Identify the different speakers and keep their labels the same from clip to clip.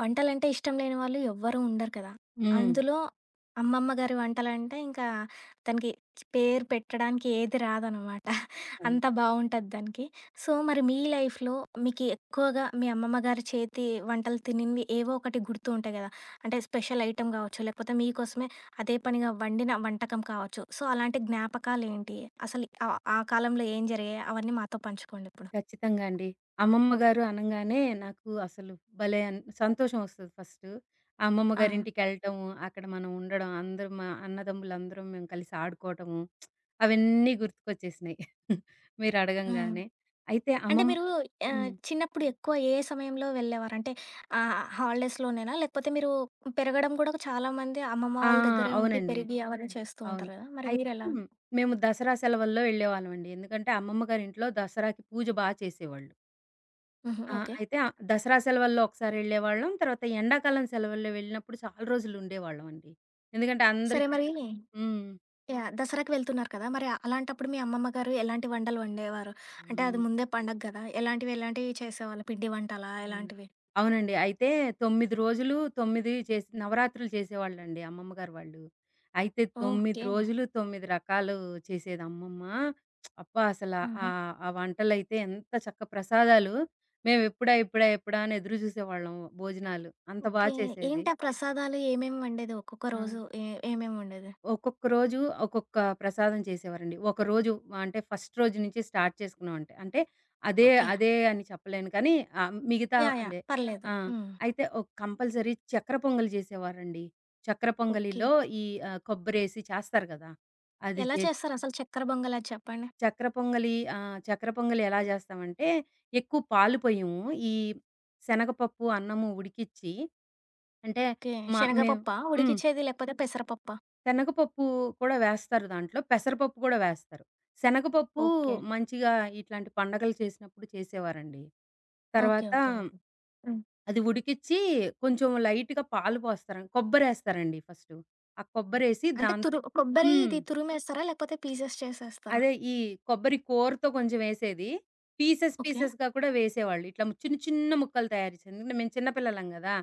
Speaker 1: వంటలంటే ఇష్టం లేని వాళ్ళు ఎవ్వరూ ఉండరు కదా!
Speaker 2: హ్మ్.
Speaker 1: అందులో అమ్మమ్మ గారి వంటలంటే ఇంకా దానికి పేరు పెట్టడానికి ఏది రాదనమాట.
Speaker 2: హ్మ్.
Speaker 1: అంత బావుంటది దానికి. సో, మరి మీ లైఫ్‌లో మీకు ఎక్కువగా మీ అమ్మమ్మ గారి చేతి వంటలు తినినవి ఏవో ఒకటి గుర్తు ఉంటాయి కదా! అంటే స్పెషల్ ఐటెమ్ కావచ్చు, లేకపోతే మీకోసమే అదే పనిగా వండిన వంటకం కావచ్చు. సో, అలాంటి జ్ఞాపకాలేంటి? అసలు ఆ కాలంలో ఏం జరిగాయి? అవన్నీ మాతో పంచుకోండిప్పుడు.
Speaker 2: ఖచ్చితంగా అండి. అమ్మమ్మ గారు అనంగానే నాకు అసలు భలే సంతోషం ఒస్తది ఫస్టు. ఆ అమ్మమ్మ
Speaker 1: ఆ!
Speaker 2: గారింటికెళ్ళటం, అక్కడ మనం ఉండడం, అందరం మా అన్నదమ్ములందరం మేము కలిసి ఆడుకోవటము, అవన్నీ గుర్తుకొచ్చేసినాయి
Speaker 1: హ్మ్.
Speaker 2: మీరడగంగానే. అయితే
Speaker 1: అంటే
Speaker 2: అమ్మమ్
Speaker 1: మీరు
Speaker 2: హ్మ్.
Speaker 1: చిన్నప్పుడు ఎక్కువ ఏ సమయంలో వెళ్ళేవారు? అంటే హాలిడేస్‌లోనేనా? లేకపోతే మీరు పెరగడం గూడా చాలామంది అమ్మమ్మ
Speaker 2: ఆ!
Speaker 1: వాళ్ళ దగ్గరే ఉండి
Speaker 2: అవునండి.
Speaker 1: పెరిగి అవన్నీ చేస్తూ
Speaker 2: అవును.
Speaker 1: ఉంటారు గదా! మరి
Speaker 2: అయితే
Speaker 1: మీరెలా?
Speaker 2: మేము దసరా సెలవుల్లో వెళ్ళేవాళ్ళమండి. ఎందుకంటే, అమ్మమ్మ గారింట్లో దసరాకి పూజ బా చేసేవాళ్ళు.
Speaker 1: హుహు.
Speaker 2: ఆ!
Speaker 1: ఓకే.
Speaker 2: అయితే దసరా సెలవుల్లో ఒకసారెళ్ళేవాళ్ళం. తర్వాత ఎండాకాలం సెలవుల్లో వెళ్ళినప్పుడు చాలా రోజులుండేవాళ్ళం అండి. ఎందుకంటే
Speaker 1: సరే
Speaker 2: అందరికీ
Speaker 1: మరి
Speaker 2: సెలవు. హ్మ్.
Speaker 1: యాహ్! దసరాకి వెళ్తున్నారు కదా! మరి అలాంటప్పుడు మీ అమ్మమ్మ గారు ఎలాంటి వంటలు వండేవారు? అంటే
Speaker 2: హ్మ్.
Speaker 1: అది ముందే పండగ గదా! ఎలాంటివి, ఎలాంటివి చేసేవాళ్ళు? పిండి వంటలా?
Speaker 2: అవును.
Speaker 1: ఎలాంటివి?
Speaker 2: అవునండి. అయితే 9 రోజులు 9 చేసి నవరాత్రులు చేసేవాళ్ళండి అమ్మమ్మ గారు వాళ్ళు. అయితే 9
Speaker 1: ఓకే.
Speaker 2: రోజులు 9 రకాలు చేసేది అమ్మమ్మ. అబ్బా!
Speaker 1: ఆహా!
Speaker 2: ఆ వంటలైతే ఎంత చక్క ప్రసాదాలు. మేము ఎప్పుడా, ఎప్పుడా, ఎప్పుడా అని ఎదురు చూసేవాళ్ళం భోజనాలు. అంత బా
Speaker 1: ఓకే.
Speaker 2: చేసేది.
Speaker 1: ఏంటి ఆ ప్రసాదాలు ఏమేమి వండేది? ఒక్కొక్క
Speaker 2: ఆ!
Speaker 1: రోజు ఏ ఏమేమి వండేది?
Speaker 2: ఒక్కొక్క రోజు ఒక్కొక్క ప్రసాదం చేసేవారండి. ఒకరోజు అంటే ఫస్ట్ రోజు నుంచి స్టార్ట్ చేసుకున్నామంటే, అంటే అంటే అదే,
Speaker 1: ఓకే.
Speaker 2: అదే అని చెప్పలేను కానీ మిగతా
Speaker 1: యాహ్! యాహ్!
Speaker 2: అంటే
Speaker 1: పర్లేదు.
Speaker 2: ఆ!
Speaker 1: హ్మ్.
Speaker 2: అయితే కంపల్సరీ చక్కెర పొంగలి చేసేవారండి. చక్కెర
Speaker 1: ఓకే.
Speaker 2: పొంగలిలో ఈ కొబ్బరేసి చేస్తారు కదా! అది
Speaker 1: ఎలా
Speaker 2: చేసి
Speaker 1: చేస్తారసలు చక్కెర పొంగలది చెప్పండి?
Speaker 2: చక్కెర పొంగలి, చక్కెర పొంగలి ఎలా చేస్తామంటే ఎక్కువ పాలు పోయము. ఈ శనగపప్పు, అన్నము ఉడికిచ్చి అంటే
Speaker 1: ఓకే.
Speaker 2: మేము
Speaker 1: శనగపప్పా
Speaker 2: హ్మ్.
Speaker 1: ఉడికిచ్చేది లేకపోతే పెసరపప్పా?
Speaker 2: శనగపప్పు కూడా వేస్తారు దాంట్లో. పెసరపప్పు కూడా వేస్తారు. శనగపప్పు
Speaker 1: ఓకే.
Speaker 2: మంచిగా ఇట్లాంటి పండగలు చేసినప్పుడు చేసేవారండి.
Speaker 1: ఓకే.
Speaker 2: తర్వాత
Speaker 1: ఓకే. ఓకే. హ్మ్.
Speaker 2: అది ఉడికిచ్చి కొంచెం లైట్‌గా పాలు పోస్తారు. కొబ్బరేస్తారండి ఫస్టు. ఆ కొబ్బరేసి
Speaker 1: అంటే
Speaker 2: దాన్
Speaker 1: తురు కొబ్బరి
Speaker 2: హ్మ్.
Speaker 1: ఇది తురిమేస్తారా? లేకపోతే పీసెస్ చేసేస్తారా?
Speaker 2: అదే కొబ్బరి కోరుతో కొంచెం ఏసేది. Pieces
Speaker 1: okay.
Speaker 2: పీసెస్‌గా కూడా వేసేవాళ్ళు. ఇట్లా చిన్న చిన్న ముక్కలు తయారు చేసి ఎందుకంటే మేము చిన్న పిల్లలం గదా!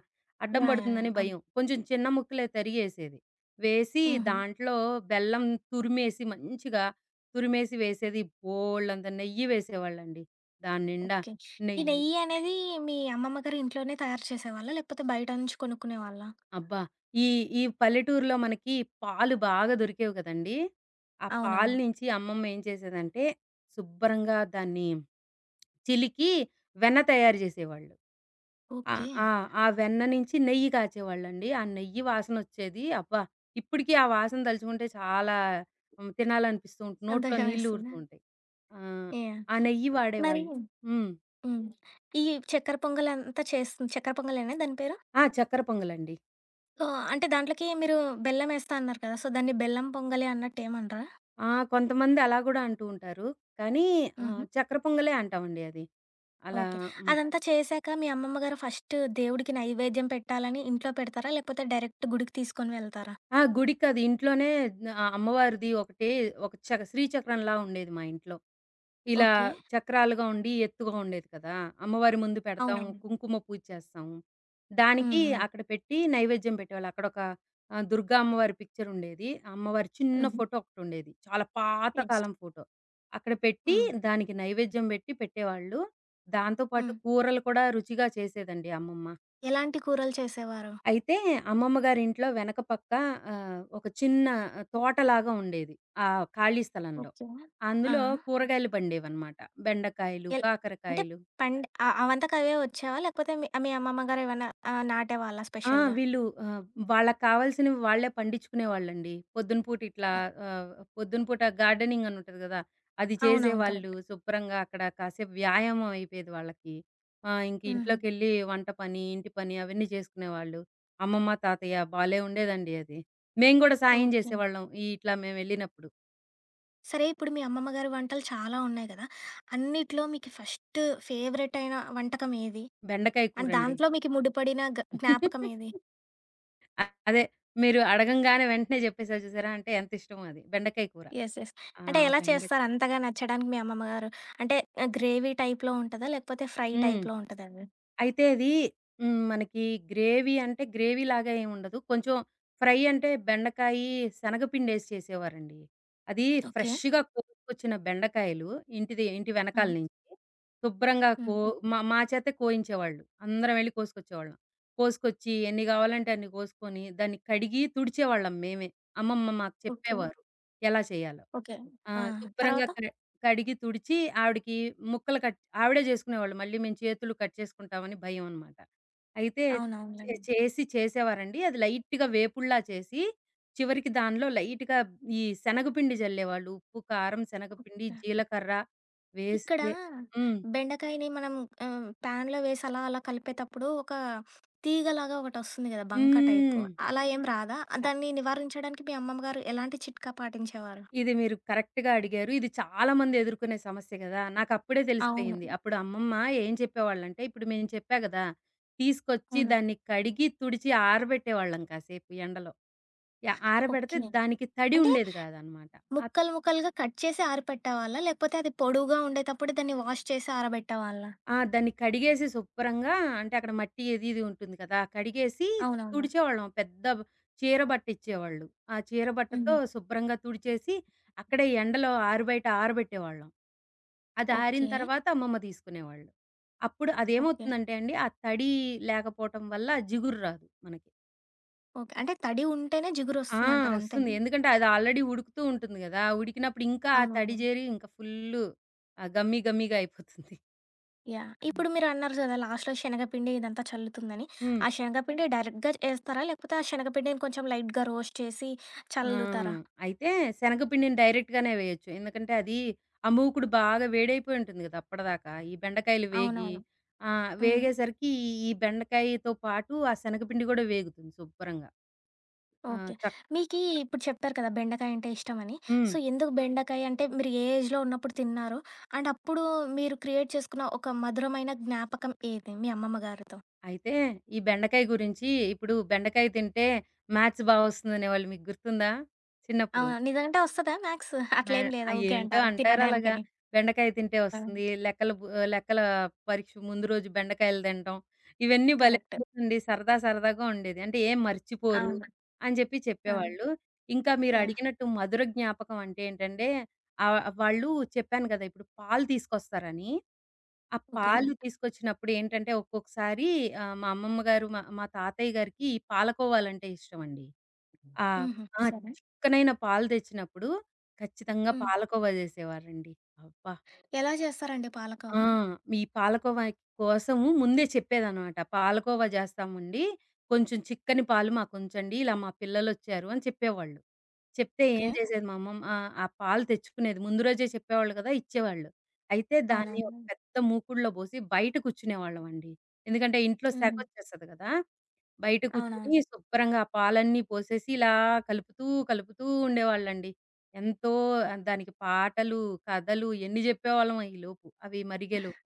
Speaker 2: అడ్డం
Speaker 1: యాహ్! యాహ్! యాహ్!
Speaker 2: పడుతుందని
Speaker 1: ఆ!
Speaker 2: భయం. కొంచెం చిన్న ముక్కలే తరిగేసేది. వేసి
Speaker 1: హుహు.
Speaker 2: దాంట్లో బెల్లం తురిమేసి మంచిగా తురిమేసి వేసేది. బోలెడంత నెయ్యి వేసేవాళ్ళండి. దాని నిండా
Speaker 1: ఓకే. ఈ
Speaker 2: నెయ్యి.
Speaker 1: నెయ్యి అనేది మీ అమ్మమ్మ గారు ఇంట్లోనే తయారు చేసేవాళ్ళా? లేకపోతే బయట నుంచి కొనుక్కునేవాళ్ళా?
Speaker 2: అబ్బా! ఈ ఈ పల్లెటూరులో మనకి పాలు బాగా దొరికేవి గదండీ! ఆ పాలు
Speaker 1: అవునవును.
Speaker 2: నుంచి అమ్మమ్మ ఏం చేసేదంటే శుభ్రంగా దాన్ని చిలికి వెన్న తయారు జేసేవాళ్ళు. ఆ!
Speaker 1: ఓకే.
Speaker 2: ఆ! ఆ వెన్న నుంచి నెయ్యి కాచేవాళ్ళండి. ఆ నెయ్యి వాసనొచ్చేది. అబ్బా! ఇప్పటికి ఆ వాసన తలుచుకుంటే చాలా హ్మ్, తినాలనిపిస్తూ ఉంటుంది. నోట్లో నీళ్లు ఊరుతూ
Speaker 1: సంతోషమేస్తుందా?
Speaker 2: ఉంటాయి. ఆ!
Speaker 1: యాహ్!
Speaker 2: ఆ నెయ్యి
Speaker 1: మరి
Speaker 2: వాడేవాళ్ళు. హ్మ్.
Speaker 1: హ్మ్. ఈ చక్కెర పొంగలంతా చేస్తుంది చక్కెర పొంగలేనా దాని పేరు?
Speaker 2: ఆ! చక్కెర పొంగలండి.
Speaker 1: ఓహ్! అంటే దాంట్లోకి మీరు బెల్లం ఏస్తా అన్నారు కదా! సో, దాన్ని బెల్లం పొంగలి అన్నట్టు ఏమనరా?
Speaker 2: ఆ! కొంతమంది అలా గూడా అంటూ ఉంటారు. కానీ
Speaker 1: హుహు.
Speaker 2: చక్కెర పొంగలే అంటామండి అది. అలా
Speaker 1: ఓకే.
Speaker 2: హ్మ్.
Speaker 1: అదంతా చేశాక మీ అమ్మమ్మ గారు ఫస్ట్ దేవుడికి నైవేద్యం పెట్టాలని ఇంట్లో పెడతారా? లేకపోతే డైరెక్ట్ గుడికి తీసుకొని వెళ్తారా?
Speaker 2: ఆ! గుడి కాదు. ఇంట్లోనే అమ్మవారిది ఒకటి ఒక శ్రీచక్రంలా ఉండేది మా ఇంట్లో. ఇలా
Speaker 1: ఓకే.
Speaker 2: చక్రాలుగా ఉండి ఎత్తుగా ఉండేది కదా! అమ్మవారి ముందు పెడతాం.
Speaker 1: అవునవును.
Speaker 2: కుంకుమ పూజ చేస్తాం. దానికి
Speaker 1: హ్మ్. హ్మ్.
Speaker 2: అక్కడ పెట్టి నైవేద్యం పెట్టేవాళ్ళు. అక్కడొక దుర్గా అమ్మవారి పిక్చర్ ఉండేది. అమ్మవారి చిన్న
Speaker 1: హుహు.
Speaker 2: ఫోటో ఒకటుండేది. చాలా పాత
Speaker 1: యెస్.
Speaker 2: కాలం ఫోటో. అక్కడ పెట్టి
Speaker 1: హ్మ్.
Speaker 2: దానికి నైవేద్యం పెట్టేవాళ్ళు. దాంతో పాటు
Speaker 1: హ్మ్.
Speaker 2: కూరలు కూడా రుచిగా చేసేదండి అమ్మమ్మ.
Speaker 1: ఎలాంటి కూరలు చేసేవారు?
Speaker 2: అయితే అమ్మమ్మ గారింట్లో వెనక పక్క ఒక చిన్న తోటలాగా ఉండేది ఆ ఖాళీ స్థలంలో.
Speaker 1: ఓకే. ఆ!
Speaker 2: అందులో కూరగాయలు పండేవన్నమాట. బెండకాయలు,
Speaker 1: ఎల్ అంటే
Speaker 2: కాకరకాయలు.
Speaker 1: పండ్ అ అవంతకు అవే వచ్చేవా? లేకపోతే మీ మీ అమ్మమ్మ గారు ఏమన్నా నాటేవాళ్ళా
Speaker 2: ఆ!
Speaker 1: స్పెషల్‌గా?
Speaker 2: వీళ్ళు ఆహ్, వాళ్ళకి కావాల్సినవి వాళ్ళే పండించుకునేవాళ్ళండి. ఆహ్, పొద్దున పూట గార్డెనింగ్ అని ఉంటది గదా! అది
Speaker 1: అవునవును.
Speaker 2: చేసేవాళ్ళు.
Speaker 1: కరెక్ట్.
Speaker 2: శుభ్రంగా అక్కడ కాసేపు వ్యాయామం అయిపోయేది వాళ్ళకి. ఇంక
Speaker 1: హుహు.
Speaker 2: ఇంట్లోకెళ్ళి వంట పని, ఇంటి పని అవన్నీ చేసుకునేవాళ్ళు. అమ్మమ్మ, తాతయ్య భలే ఉండేదండి అది. మేము గూడా సాయం
Speaker 1: ఓకే.
Speaker 2: జేసేవాళ్ళం ఇట్లా మేమెళ్ళినప్పుడు.
Speaker 1: సరే ఇప్పుడు మీ అమ్మమ్మ గారి వంటలు చాలా ఉన్నాయి గదా! అన్నిట్లో మీకు ఫస్ట్ ఫేవరెట్ అయిన వంటకం ఏది?
Speaker 2: బెండకాయ
Speaker 1: అండ్
Speaker 2: కూరండి.
Speaker 1: దాంట్లో మీకు ముడిపడిన గ జ్ఞాపకం ఏది?
Speaker 2: అదే మీరు అడగంగానే వెంటనే జెప్పేసారు చూసారా! అంటే ఎంత ఇష్టమో అది. బెండకాయ కూర.
Speaker 1: యెస్. యెస్.
Speaker 2: ఆ!
Speaker 1: అంటే ఎలా
Speaker 2: బెండ
Speaker 1: చేస్తారు అంతగా నచ్చడానికి మీ అమ్మమ్మ గారు? అంటే గ్రేవీ టైప్‌లో ఉంటదా? లేకపోతే ఫ్రై
Speaker 2: హ్మ్.
Speaker 1: టైప్‌లో ఉంటదా అది?
Speaker 2: అయితే అది హ్మ్, మనకి గ్రేవీ అంటే గ్రేవీలాగా ఏమి ఉండదు. కొంచెం ఫ్రై అంటే బెండకాయి, శనగపిండేసి చేసేవారండి. అది
Speaker 1: ఓకే.
Speaker 2: ఫ్రెష్‌గా కోసుకొచ్చిన బెండకాయలు ఇంటిది ఇంటి వెనకాల
Speaker 1: హ్మ్.
Speaker 2: నుంచి శుభ్రంగా కో
Speaker 1: హ్మ్.
Speaker 2: మా మా చేతే కోయించేవాళ్ళు. అందరం వెళ్లి కోసుకొచ్చేవాళ్ళం. కోసుకొచ్చి ఎన్ని కావాలంటే అన్ని కోసుకొని దాన్ని కడిగి తుడిచేవాళ్ళం మేమే. అమ్మమ్మ మాకు
Speaker 1: ఓకే.
Speaker 2: చెప్పేవారు ఎలా చేయాలో.
Speaker 1: ఓకే.
Speaker 2: ఆ!
Speaker 1: ఆ!
Speaker 2: శుభ్రంగా
Speaker 1: తర్వాత?
Speaker 2: కడిగి, తుడిచి ఆవిడకి ముక్కలు కట్ ఆవిడే జేసుకునేవాళ్ళు. మళ్ళీ మేము చేతులు కట్ చేసుకుంటామని భయం అనమాట. అయితే చే
Speaker 1: అవునవునులెండి.
Speaker 2: చేసి చేసేవారండి. అది లైట్‌గా వేపుడులా చేసి, చివరికి దానిలో లైట్‌గా ఈ శనగపిండి జల్లేవాళ్ళు. ఉప్పు, కారం, శనగపిండి, జీలకర్ర
Speaker 1: ఇక్కడ
Speaker 2: వేస్తే హ్మ్.
Speaker 1: బెండకాయని మనం ప్యాన్‌లో వేసి అలా అలా కలిపేతప్పుడు ఒక తీగలాగా ఒకటొస్తుంది గదా! బంక టైపు.
Speaker 2: హ్మ్.
Speaker 1: అలా ఏం రాదా? దాన్ని నివారించడానికి మీ అమ్మమ్మ గారు ఎలాంటి చిట్కా పాటించేవారు?
Speaker 2: ఇది మీరు కరెక్ట్‌గా అడిగారు. ఇది చాలా మంది ఎదుర్కొనే సమస్య గదా! నాకప్పుడే
Speaker 1: అవును.
Speaker 2: తెలిసిపోయింది. అప్పుడు అమ్మమ్మ ఏం చెప్పేవాళ్ళంటే, ఇప్పుడు మేము చెప్పా గదా! తీసుకొచ్చి
Speaker 1: అవును.
Speaker 2: దాన్ని కడిగి, తుడిచి ఆరబెట్టేవాళ్ళం కాసేపు ఎండలో. ఆరబెడితే
Speaker 1: ఓకే.
Speaker 2: దానికి తడి
Speaker 1: అంటే
Speaker 2: ఉండేది కాదనమాట. ఆ
Speaker 1: ముక్కలుగా కట్ చేసి ఆరపెట్టేవాళ్ళా? లేకపోతే అది పొడువుగా ఉండేటప్పుడు దాన్ని వాష్ చేసి ఆరబెట్టేవాళ్ళా?
Speaker 2: ఆ! దాన్ని కడిగేసి శుభ్రంగా అంటే అక్కడ మట్టి అది ఇది ఉంటుంది కదా! కడిగేసి
Speaker 1: అవునవునా?
Speaker 2: తుడిచేవాళ్ళం. చీర బట్టిచ్చేవాళ్ళు. ఆ చీర బట్టతో
Speaker 1: హుహు.
Speaker 2: శుభ్రంగా తుడిచేసి అక్కడే ఎండలో ఆరుబయట ఆరబెట్టేవాళ్ళం. అది ఆరిన
Speaker 1: ఓకే.
Speaker 2: తర్వాత అమ్మమ్మ తీసుకునేవాళ్ళు. అప్పుడు
Speaker 1: ఓకే.
Speaker 2: అదేమవుతుందంటే అండి ఆ తడి లేకపోవటం వల్ల ఆ జిగురు రాదు మనకి.
Speaker 1: ఓకే. అంటే తడి ఉంటేనే
Speaker 2: ఆ!
Speaker 1: జిగురొస్తుందంటారు అంతే.
Speaker 2: వస్తుంది. ఎందుకంటే అది ఆల్రెడీ ఉడుకుతూ ఉంటుంది గదా! ఉడికినప్పుడు ఇంకా ఆ తడి
Speaker 1: అవునవును.
Speaker 2: జేరి ఇంకా ఫుల్లు గమ్మీ గమ్మీగా అయిపోతుంది.
Speaker 1: యాహ్! ఇప్పుడు మీరన్నారు కదా! లాస్ట్‌లో శనగపిండి ఇదంతా చల్లుతుందని.
Speaker 2: హ్మ్.
Speaker 1: ఆ శనగపిండి డైరెక్ట్‌గా ఏస్తారా? లేకపోతే ఆ శనగపిండిని కొంచెం లైట్‌గా రోస్ట్ చేసి
Speaker 2: ఆ!
Speaker 1: చల్లుతారా?
Speaker 2: అయితే శనగపిండిని డైరెక్ట్‌గానే వేయొచ్చు. ఎందుకంటే అది ఆ మూకుడు బాగా వేడైపోయి ఉంటుంది గదా అప్పటిదాకా. ఈ బెండకాయలు వేగి,
Speaker 1: అవునవును. హ్మ్.
Speaker 2: వేగేసరికి ఈ బెండకాయతో పాటు ఆ శనగపిండి గూడా వేగుతుంది శుభ్రంగా. ఆ!
Speaker 1: ఓకే.
Speaker 2: చక్
Speaker 1: మీకీ ఇప్పుడు చెప్పారు కదా! బెండకాయ అంటే ఇష్టమని.
Speaker 2: హ్మ్.
Speaker 1: సో, ఎందుకు బెండకాయ అంటే మీరు ఏ ఏజ్‌లో ఉన్నప్పుడు తిన్నారు? అండ్ అప్పుడు మీరు క్రియేట్ చేసుకున్న ఒక మధురమైన జ్ఞాపకం ఏది మీ అమ్మమ్మ గారితో?
Speaker 2: అయితే ఈ బెండకాయ గురించి, ఇప్పుడు బెండకాయ తింటే మ్యాథ్స్ బా వస్తుందనేవాళ్ళు, మీకు గుర్తుందా చిన్నప్పుడు?
Speaker 1: అవును. నిజంటే వస్తదా మ్యాథ్స్?
Speaker 2: ఆ!
Speaker 1: అట్లేం లేదా? ఊకే
Speaker 2: అయేంటో
Speaker 1: అంటారా
Speaker 2: అంటారలాగా.
Speaker 1: తినడానికని?
Speaker 2: బెండకాయ తింటే
Speaker 1: ఆ!
Speaker 2: వస్తుంది లెక్కల. లెక్కల పరీక్ష ముందు రోజు బెండకాయలు తినటం. ఇవన్నీ భలే
Speaker 1: కరెక్ట్.
Speaker 2: ఉండేదండి. సరదా సరదాగా ఉండేది. అంటే ఏం మర్చిపోరు
Speaker 1: అవును.
Speaker 2: అని
Speaker 1: ఆ!
Speaker 2: చెప్పేవాళ్ళు. ఇంకా
Speaker 1: యాహ్!
Speaker 2: మీరడిగినట్టు మధుర జ్ఞాపకం అంటే ఏంటంటే, ఆహ్, వాళ్ళు చెప్పాను కదా! ఇప్పుడు పాలు తీసుకొస్తారని. ఆ
Speaker 1: ఓకే.
Speaker 2: పాలు తీసుకొచ్చినప్పుడు ఏంటంటే, ఒక్కొక్కసారి మా అమ్మమ్మ గారు, మా మా తాతయ్య గారికి పాలకోవాలంటే ఇష్టమండి. ఆ!
Speaker 1: హుహు.
Speaker 2: ఆ!
Speaker 1: సరే.
Speaker 2: చిక్కనైన పాలు తెచ్చినప్పుడు ఖచ్చితంగా
Speaker 1: హ్మ్.
Speaker 2: పాలకోవా చేసేవారండి. అబ్బా!
Speaker 1: ఎలా చేస్తారండి
Speaker 2: ఆ!
Speaker 1: పాలకోవా?
Speaker 2: మీ పాలకోవా కోసము ముందే చెప్పేదనమాట. పాలకోవా చేస్తామండి, కొంచెం చిక్కని పాలు మాకుంచండి, ఇలా మా పిల్లలొచ్చారు అని చెప్పేవాళ్ళు. చెప్తే ఏం
Speaker 1: ఓకే.
Speaker 2: చేసేది మా అమ్మమ్మ? ఆ! ఆ పాలు తెచ్చుకునేది. ముందు రోజే చెప్పేవాళ్ళు కదా! ఇచ్చేవాళ్ళు. అయితే దాన్ని ఒక
Speaker 1: అవునవును.
Speaker 2: పెద్ద మూకుడులో పోసి బయట కూర్చునేవాళ్ళమండి. ఎందుకంటే ఇంట్లో
Speaker 1: హుహు.
Speaker 2: సెగొచ్చేస్తది కదా! బయట కూర్చొని
Speaker 1: అవునవును.
Speaker 2: శుభ్రంగా ఆ పాలన్నీ పోసేసి ఇలా కలుపుతూ, కలుపుతూ ఉండేవాళ్ళండి. ఎంతో దానికి పాటలు, కథలు ఎన్ని జెప్పేవాళ్ళమో ఈలోపు, అవి మరిగేలోపు.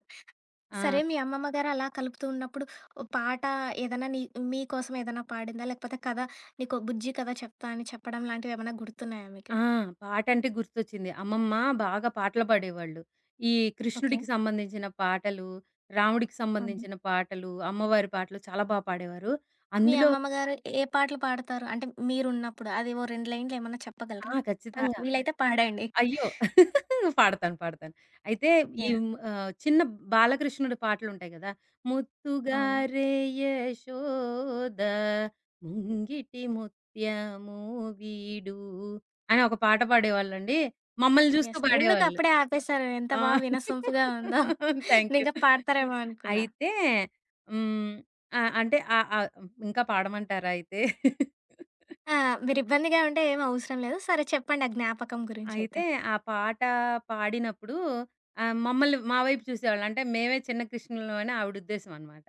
Speaker 2: ఆ!
Speaker 1: సరే మీ అమ్మమ్మ గారు అలా కలుపుతూ ఉన్నప్పుడు ఓహ్! పాట ఏదన్నా నీ మీకోసం ఏదన్నా పాడిందా? లేకపోతే కథ నీకో బుజ్జి కథ చెప్తా అని చెప్పడం లాంటివేమన్నా గుర్తున్నాయా మీకు?
Speaker 2: ఆ! పాటంటే గుర్తొచ్చింది. అమ్మమ్మ బాగా పాటలు పాడేవాళ్ళు. ఈ
Speaker 1: ఓకే.
Speaker 2: కృష్ణుడికి సంబంధించిన పాటలు, రాముడికి
Speaker 1: హుహు.
Speaker 2: సంబంధించిన పాటలు, అమ్మవారి పాటలు చాలా బా పాడేవారు.
Speaker 1: మీ
Speaker 2: అందులో
Speaker 1: అమ్మమ్మ గారు ఏ పాటలు పాడతారు? అంటే మీరున్నప్పుడు అది ఓ 2 లైన్‌లు ఏమన్నా చెప్పగలరా?
Speaker 2: ఆ!
Speaker 1: పా
Speaker 2: ఖచ్చితంగా.
Speaker 1: వీలైతే పాడండి.
Speaker 2: అయ్యో! పాడతాను. పాడతాను. అయితే
Speaker 1: యాహ్!
Speaker 2: చిన్న బాలకృష్ణుడి పాటలుంటాయి గదా!
Speaker 1: అవును.
Speaker 2: ముత్తుగారే యశోద ముంగిటి ముత్యము వీడు అని ఒక పాట పాడేవాళ్ళండి. మమ్మల్ని జూస్తూ
Speaker 1: యెస్. ఎందుకు
Speaker 2: పాడేవాళ్ళు.
Speaker 1: అప్పుడే ఆపేశారు? ఎంత
Speaker 2: ఆ!
Speaker 1: బా వినసొంపుగా ఉందో. నేనింకా
Speaker 2: థాంక్ యూ.
Speaker 1: పాడతారేమో అనుకున్నా.
Speaker 2: అయితే హ్మ్. ఆహ్, అంటే ఆహ్, ఆహ్, ఇంకా పాడమంటారా అయితే?
Speaker 1: ఆ!
Speaker 2: ఆ!
Speaker 1: మీరిబ్బందిగా ఉంటే ఏమి అవసరం లేదు. సరే చెప్పండి ఆ జ్ఞాపకం గురించైతే.
Speaker 2: అయితే ఆ పాట పాడినప్పుడు ఆహ్, మమ్మల్ని మా వైపు చూసేవాళ్ళు. అంటే మేమే చిన్న కృష్ణులం అని ఆవిడ ఉద్దేశ్యం అనమాట.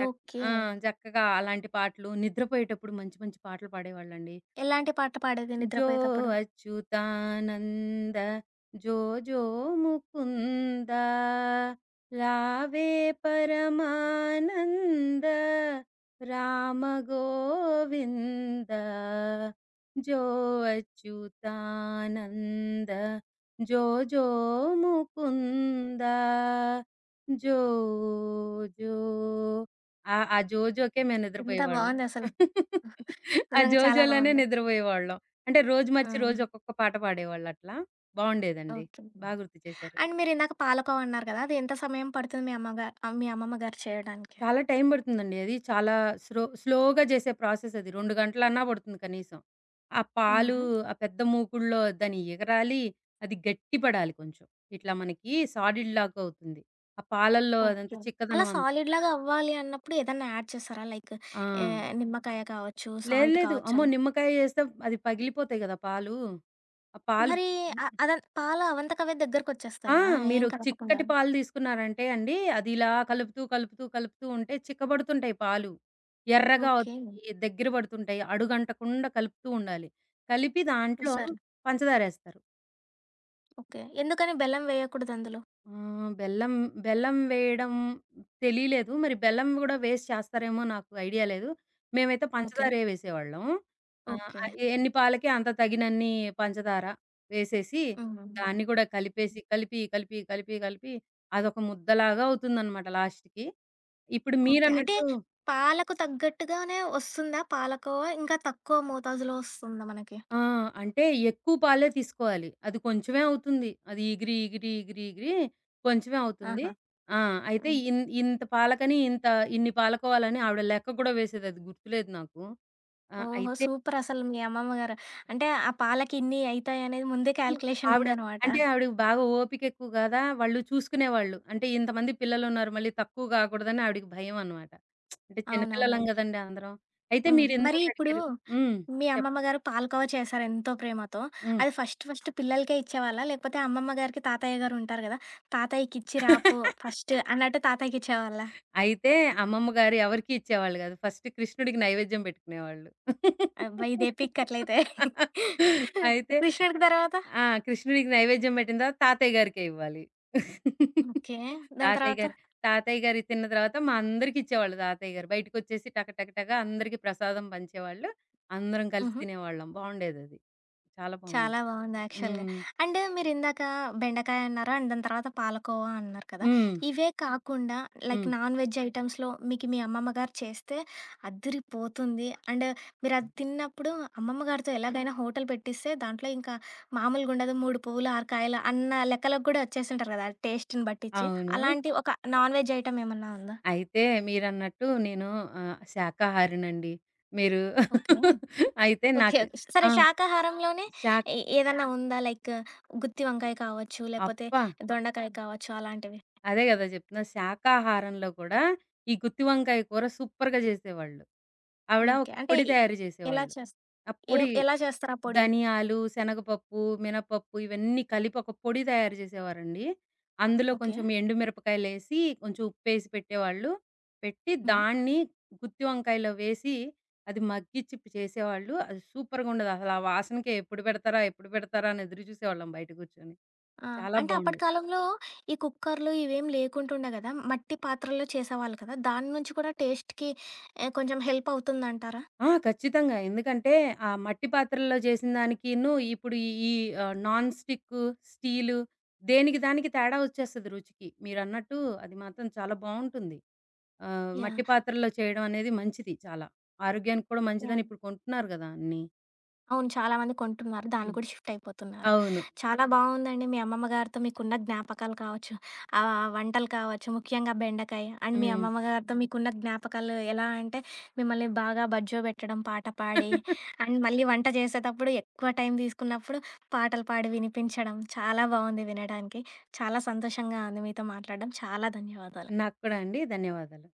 Speaker 2: చక్
Speaker 1: ఓకే.
Speaker 2: ఆ! చక్కగా అలాంటి పాటలు నిద్రపోయేటప్పుడు మంచి మంచి పాటలు పాడేవాళ్ళండి.
Speaker 1: ఎలాంటి పాట పాడేది
Speaker 2: जो
Speaker 1: నిద్రపోయేతప్పుడు?
Speaker 2: अच्युतानंद जो जो मुकुंद लावे परमानंद राम गोविंद जो अच्युतानंद जो जो ముకుంద జో జో. ఆ ఆ జోజోకే మేము
Speaker 1: ఎంత
Speaker 2: నిద్రపోయేవాళ్ళం.
Speaker 1: బావుందసలు.
Speaker 2: ఆ
Speaker 1: నిజంగా చాలా
Speaker 2: జోజోలోనే
Speaker 1: బావుంది.
Speaker 2: నిద్రపోయేవాళ్ళం. అంటే రోజు
Speaker 1: ఆ!
Speaker 2: మార్చి రోజు ఒక్కొక్క పాట పాడేవాళ్ళట్లా? బావుండేదండి.
Speaker 1: ఓకే.
Speaker 2: బా గుర్తు చేశారు.
Speaker 1: అండ్ మీరిందాక పాలకోవా అన్నారు కదా! అది ఎంత సమయం పడుతుంది మీ అమ్మగా మీ అమ్మమ్మ గారు చేయడానికి?
Speaker 2: చాలా టైం పడుతుందండి అది. చాలా స్లోగా చేసే ప్రాసెస్ అది. 2 గంటలన్నా పడుతుంది కనీసం. ఆ పాలు
Speaker 1: హుహు.
Speaker 2: ఆ పెద్ద మూకుడులో దాన్ని ఎగరాలి. అది గట్టి పడాలి కొంచెం. ఇట్లా మనకి సాలిడ్ లాగా అవుతుంది. ఆ పాలల్లో అదంతా
Speaker 1: ఓకే. అలా
Speaker 2: చిక్కదనం అంతా.
Speaker 1: సాలిడ్‌లాగా అవ్వాలి అన్నప్పుడు ఏదన్నా యాడ్ చేస్తారా? లైక్
Speaker 2: ఆ!
Speaker 1: నిమ్మకాయ కావచ్చు,
Speaker 2: లేదు
Speaker 1: సాల్ట్
Speaker 2: లేదు.
Speaker 1: కావచ్చు
Speaker 2: అమ్మో!
Speaker 1: అలా.
Speaker 2: నిమ్మకాయ ఏస్తే అది పగిలిపోతాయి గదా పాలు. ఆ పాలు
Speaker 1: మరి అ అదన్ పాల అవంతకవే
Speaker 2: ఆ!
Speaker 1: దగ్గరకొచ్చేస్తాయా ఏం
Speaker 2: మీరు
Speaker 1: కలపకుండా?
Speaker 2: చిక్కటి పాలు తీసుకున్నారంటే అండి, అది ఇలా కలుపుతూ ఉంటే చిక్కబడుతుంటాయి పాలు. ఎర్రగా
Speaker 1: ఓకే.
Speaker 2: అవుతాయి, దగ్గర పడుతుంటాయి. అడుగంటకుండా కలుపుతూ ఉండాలి. కలిపి దాంట్లో
Speaker 1: సరే.
Speaker 2: పంచదారేస్తారు.
Speaker 1: ఓకే. ఎందుకని బెల్లం వేయకూడదు అందులో?
Speaker 2: ఆ! బెల్లం బెల్లం వేయడం తెలీలేదు. మరి బెల్లం గూడా వేస్ట్ చేస్తారేమో నాకు ఐడియా లేదు. మేమైతే
Speaker 1: ఓకే.
Speaker 2: పంచదారే వేసేవాళ్ళం. ఆహ్,
Speaker 1: ఓకే.
Speaker 2: ఆహ్, ఎన్ని పాలకి అంత తగినన్ని పంచదార వేసేసి,
Speaker 1: హ్మ్.
Speaker 2: దాన్ని కూడా కలిపేసి, కలిపి, కలిపి, కలిపి, కలిపి అదొక ముద్దలాగా అవుతుందనమాట లాస్ట్‌కి. ఇప్పుడు
Speaker 1: ఓకే. అంటే
Speaker 2: మీరన్నట్టు
Speaker 1: పాలకు తగ్గట్టుగానే వస్తుందా పాలకోవా? ఇంకా తక్కువ మోతాదులో వస్తుందా మనకి?
Speaker 2: ఆ! అంటే ఎక్కువ పాలే తీసుకోవాలి. అది కొంచెమే అవుతుంది. అది ఇగిరి, ఇగిరి, ఇగిరి, ఇగిరి కొంచెమే అవుతుంది.
Speaker 1: ఆహా!
Speaker 2: ఆ! అయితే
Speaker 1: హ్మ్.
Speaker 2: ఇంత పాలకని ఇంత ఇన్ని పాలకోవాలని ఆవిడ లెక్క కూడా వేసేదది గుర్తులేదు నాకు. ఆ!
Speaker 1: ఓహో!
Speaker 2: అయితే
Speaker 1: సూపరసలు మీ అమ్మమ్మ గారు. అంటే ఆ పాలకి ఇన్ని అయితాయనేది ముందే క్యాలిక్యులేషన్
Speaker 2: ఆవిడ,
Speaker 1: ఉందనమాట.
Speaker 2: అంటే ఆవిడకి బాగా ఓపిక ఎక్కువ గదా! వాళ్ళు చూసుకునేవాళ్ళు. అంటే ఇంతమంది పిల్లలున్నారు మళ్ళీ తక్కువ గాకూడదని ఆవిడకి భయం అన్నమాట. అంటే చిన్న పిల్లలం
Speaker 1: అవునవునులెండి.
Speaker 2: గదండీ అందరం. అయితే
Speaker 1: హ్మ్. మరి
Speaker 2: మీరిందాక
Speaker 1: ఇప్పుడు
Speaker 2: అడిగారు. హ్మ్.
Speaker 1: మీ
Speaker 2: చెప్
Speaker 1: అమ్మమ్మ గారు పాలకోవా చేశారు ఎంతో ప్రేమతో.
Speaker 2: హ్మ్.
Speaker 1: అది ఫస్ట్ ఫస్ట్ పిల్లలకే ఇచ్చేవాళ్ళా? లేకపోతే అమ్మమ్మ గారికి తాతయ్య గారు ఉంటారు గదా! తాతయ్యకిచ్చి రాపో ఫస్ట్ అన్నట్టు తాతయ్యకిచ్చేవాళ్ళా?
Speaker 2: అయితే అమ్మమ్మ గారు ఎవరికీ ఇచ్చేవాళ్ళు కాదు. ఫస్ట్ కృష్ణుడికి నైవేద్యం పెట్టుకునేవాళ్ళు.
Speaker 1: అబ్బా! ఇదే పిక్ అట్లయితే.
Speaker 2: అయితే
Speaker 1: కృష్ణుడికి తర్వాత?
Speaker 2: ఆ! కృష్ణుడికి నైవేద్యం పెట్టిన తర్వాత తాతయ్య గారికే ఇవ్వాలి.
Speaker 1: ఓకే. దాని
Speaker 2: తాతయ్య
Speaker 1: తర్వాత?
Speaker 2: గారు తాతయ్య గారియి తిన్న తర్వాత మా అందరికి ఇచ్చేవాళ్ళు తాతయ్య గారు. బయటకొచ్చేసి టక టక టక అందరికి ప్రసాదం పంచేవాళ్ళు. అందరం కలిసి
Speaker 1: హుహు.
Speaker 2: తినేవాళ్ళం. బావుండేదది. చాలా బావుంది.
Speaker 1: చాలా బావుంది యాక్చువల్‌గా.
Speaker 2: హ్మ్.
Speaker 1: అండ్ మీరిందాక బెండకాయ అన్నారు. అండ్ దాని తర్వాత పాలకోవా అన్నారు కదా!
Speaker 2: హ్మ్.
Speaker 1: ఇవే కాకుండా లైక్
Speaker 2: హ్మ్.
Speaker 1: నాన్ వెజ్ ఐటెమ్స్‌లో మీకు మీ అమ్మమ్మ గారు చేస్తే అద్దిరిపోతుంది. అండ్ మీరది తిన్నప్పుడు అమ్మమ్మ గారితో ఎలాగైనా హోటల్ పెట్టిస్తే దాంట్లో ఇంకా మామూలుగుండదు. 3 పువ్వులు, 6 కాయలు అన్న లెక్కలకు గూడా వచ్చేసింటారు గదా! టేస్ట్‌ని బట్టిచ్చి.
Speaker 2: అవును.
Speaker 1: అలాంటి ఒక నాన్ వెజ్ ఐటెమ్ ఏమన్నా ఉందా?
Speaker 2: అయితే మీరన్నట్టు నేను శాకాహారినండి. మీరు
Speaker 1: ఓకే.
Speaker 2: అయితే
Speaker 1: ఓకే.
Speaker 2: నాకు
Speaker 1: ఓకే. సరే
Speaker 2: ఆ!
Speaker 1: శాకాహారంలోనే
Speaker 2: శాక్
Speaker 1: ఎ ఏదన్నా ఉందా? లైక్ గుత్తి వంకాయ కావచ్చు, లేకపోతే
Speaker 2: అబ్బా!
Speaker 1: దొండకాయ కావచ్చు అలాంటివి?
Speaker 2: అదే గదా! జెప్తున్నా. శాకాహారంలో కూడా ఈ గుత్తి వంకాయ కూర సూపర్‌గా జేసేవాళ్ళు. ఆవిడ ఒక
Speaker 1: ఓకే. అంటే
Speaker 2: పొడి తయారు
Speaker 1: ఎలా
Speaker 2: జేసేవాళ్ళు.
Speaker 1: చేస్
Speaker 2: ఆ
Speaker 1: ఎ
Speaker 2: పొడి
Speaker 1: ఎలా చేస్తారు ఆ పొడి?
Speaker 2: ధనియాలు, శనగపప్పు, మినపప్పు ఇవన్నీ కలిపి ఒక పొడి తయారు జేసేవారండి. అందులో
Speaker 1: ఓకే.
Speaker 2: కొంచెం ఎండుమిరపకాయలేసి, కొంచెం ఉప్పేసి పెట్టేవాళ్ళు. పెట్టి
Speaker 1: హుహు.
Speaker 2: దాన్ని గుత్తి వంకాయలో వేసి అది మగ్గిచ్చి చేసేవాళ్ళు. అది సూపర్‌గుండేది. అసలు ఆ వాసనకే ఎప్పుడు పెడతారా? ఎప్పుడు పెడతారా? అని ఎదురు చూసేవాళ్ళం బయట గూర్చొని.
Speaker 1: ఆ!
Speaker 2: చాలా
Speaker 1: అంటే అప్పటి
Speaker 2: బావుండేది.
Speaker 1: కాలంలో ఈ కుక్కర్‌లు ఇవేం లేకుంటుండే గదా! మట్టి పాత్రల్లో చేసేవాళ్ళు కదా! దాని నుంచి కూడా టేస్ట్‌కి కొంచెం హెల్ప్ అవుతుందంటారా?
Speaker 2: ఆ! ఖచ్చితంగా. ఎందుకంటే, ఆ మట్టి పాత్రల్లో చేసిన దానికిను, ఇప్పుడు ఈ ఈ నాన్ స్టిక్కు, స్టీలు దేనికి దానికి తేడా వచ్చేస్తది రుచికి. మీరన్నట్టు అది మాత్రం చాలా బావుంటుంది. మట్టి
Speaker 1: యాహ్!
Speaker 2: పాత్రల్లో చేయడం అనేది మంచిది చాలా. ఆరోగ్యానికి కూడా మంచిదని
Speaker 1: యాహ్!
Speaker 2: ఇప్పుడు కొంటున్నారు గదా అన్నీ.
Speaker 1: అవును. చాలా మంది కొంటున్నారు. దాన్ని
Speaker 2: హ్మ్.
Speaker 1: కూడా షిఫ్ట్ అయిపోతున్నారు.
Speaker 2: అవును.
Speaker 1: చాలా హ్మ్. బావుందండి మీ అమ్మమ్మ గారితో మీకున్న జ్ఞాపకాలు కావచ్చు, ఆ వంటలు కావచ్చు, ముఖ్యంగా బెండకాయ. అండ్ మీ
Speaker 2: హ్మ్.
Speaker 1: అమ్మమ్మ గారితో హ్మ్. మీకున్న జ్ఞాపకాలు ఎలా అంటే మిమ్మల్ని బాగా బజ్జోబెట్టడం పాట పాడి, అండ్ మళ్ళీ వంట చేసేటప్పుడు ఎక్కువ టైం తీసుకున్నప్పుడు పాటలు పాడి వినిపించడం. చాలా బావుంది వినడానికి. చాలా సంతోషంగా ఉంది మీతో మాట్లాడడం. చాలా ధన్యవాదాలు.
Speaker 2: నాకు కూడా అండి. ధన్యవాదాలు.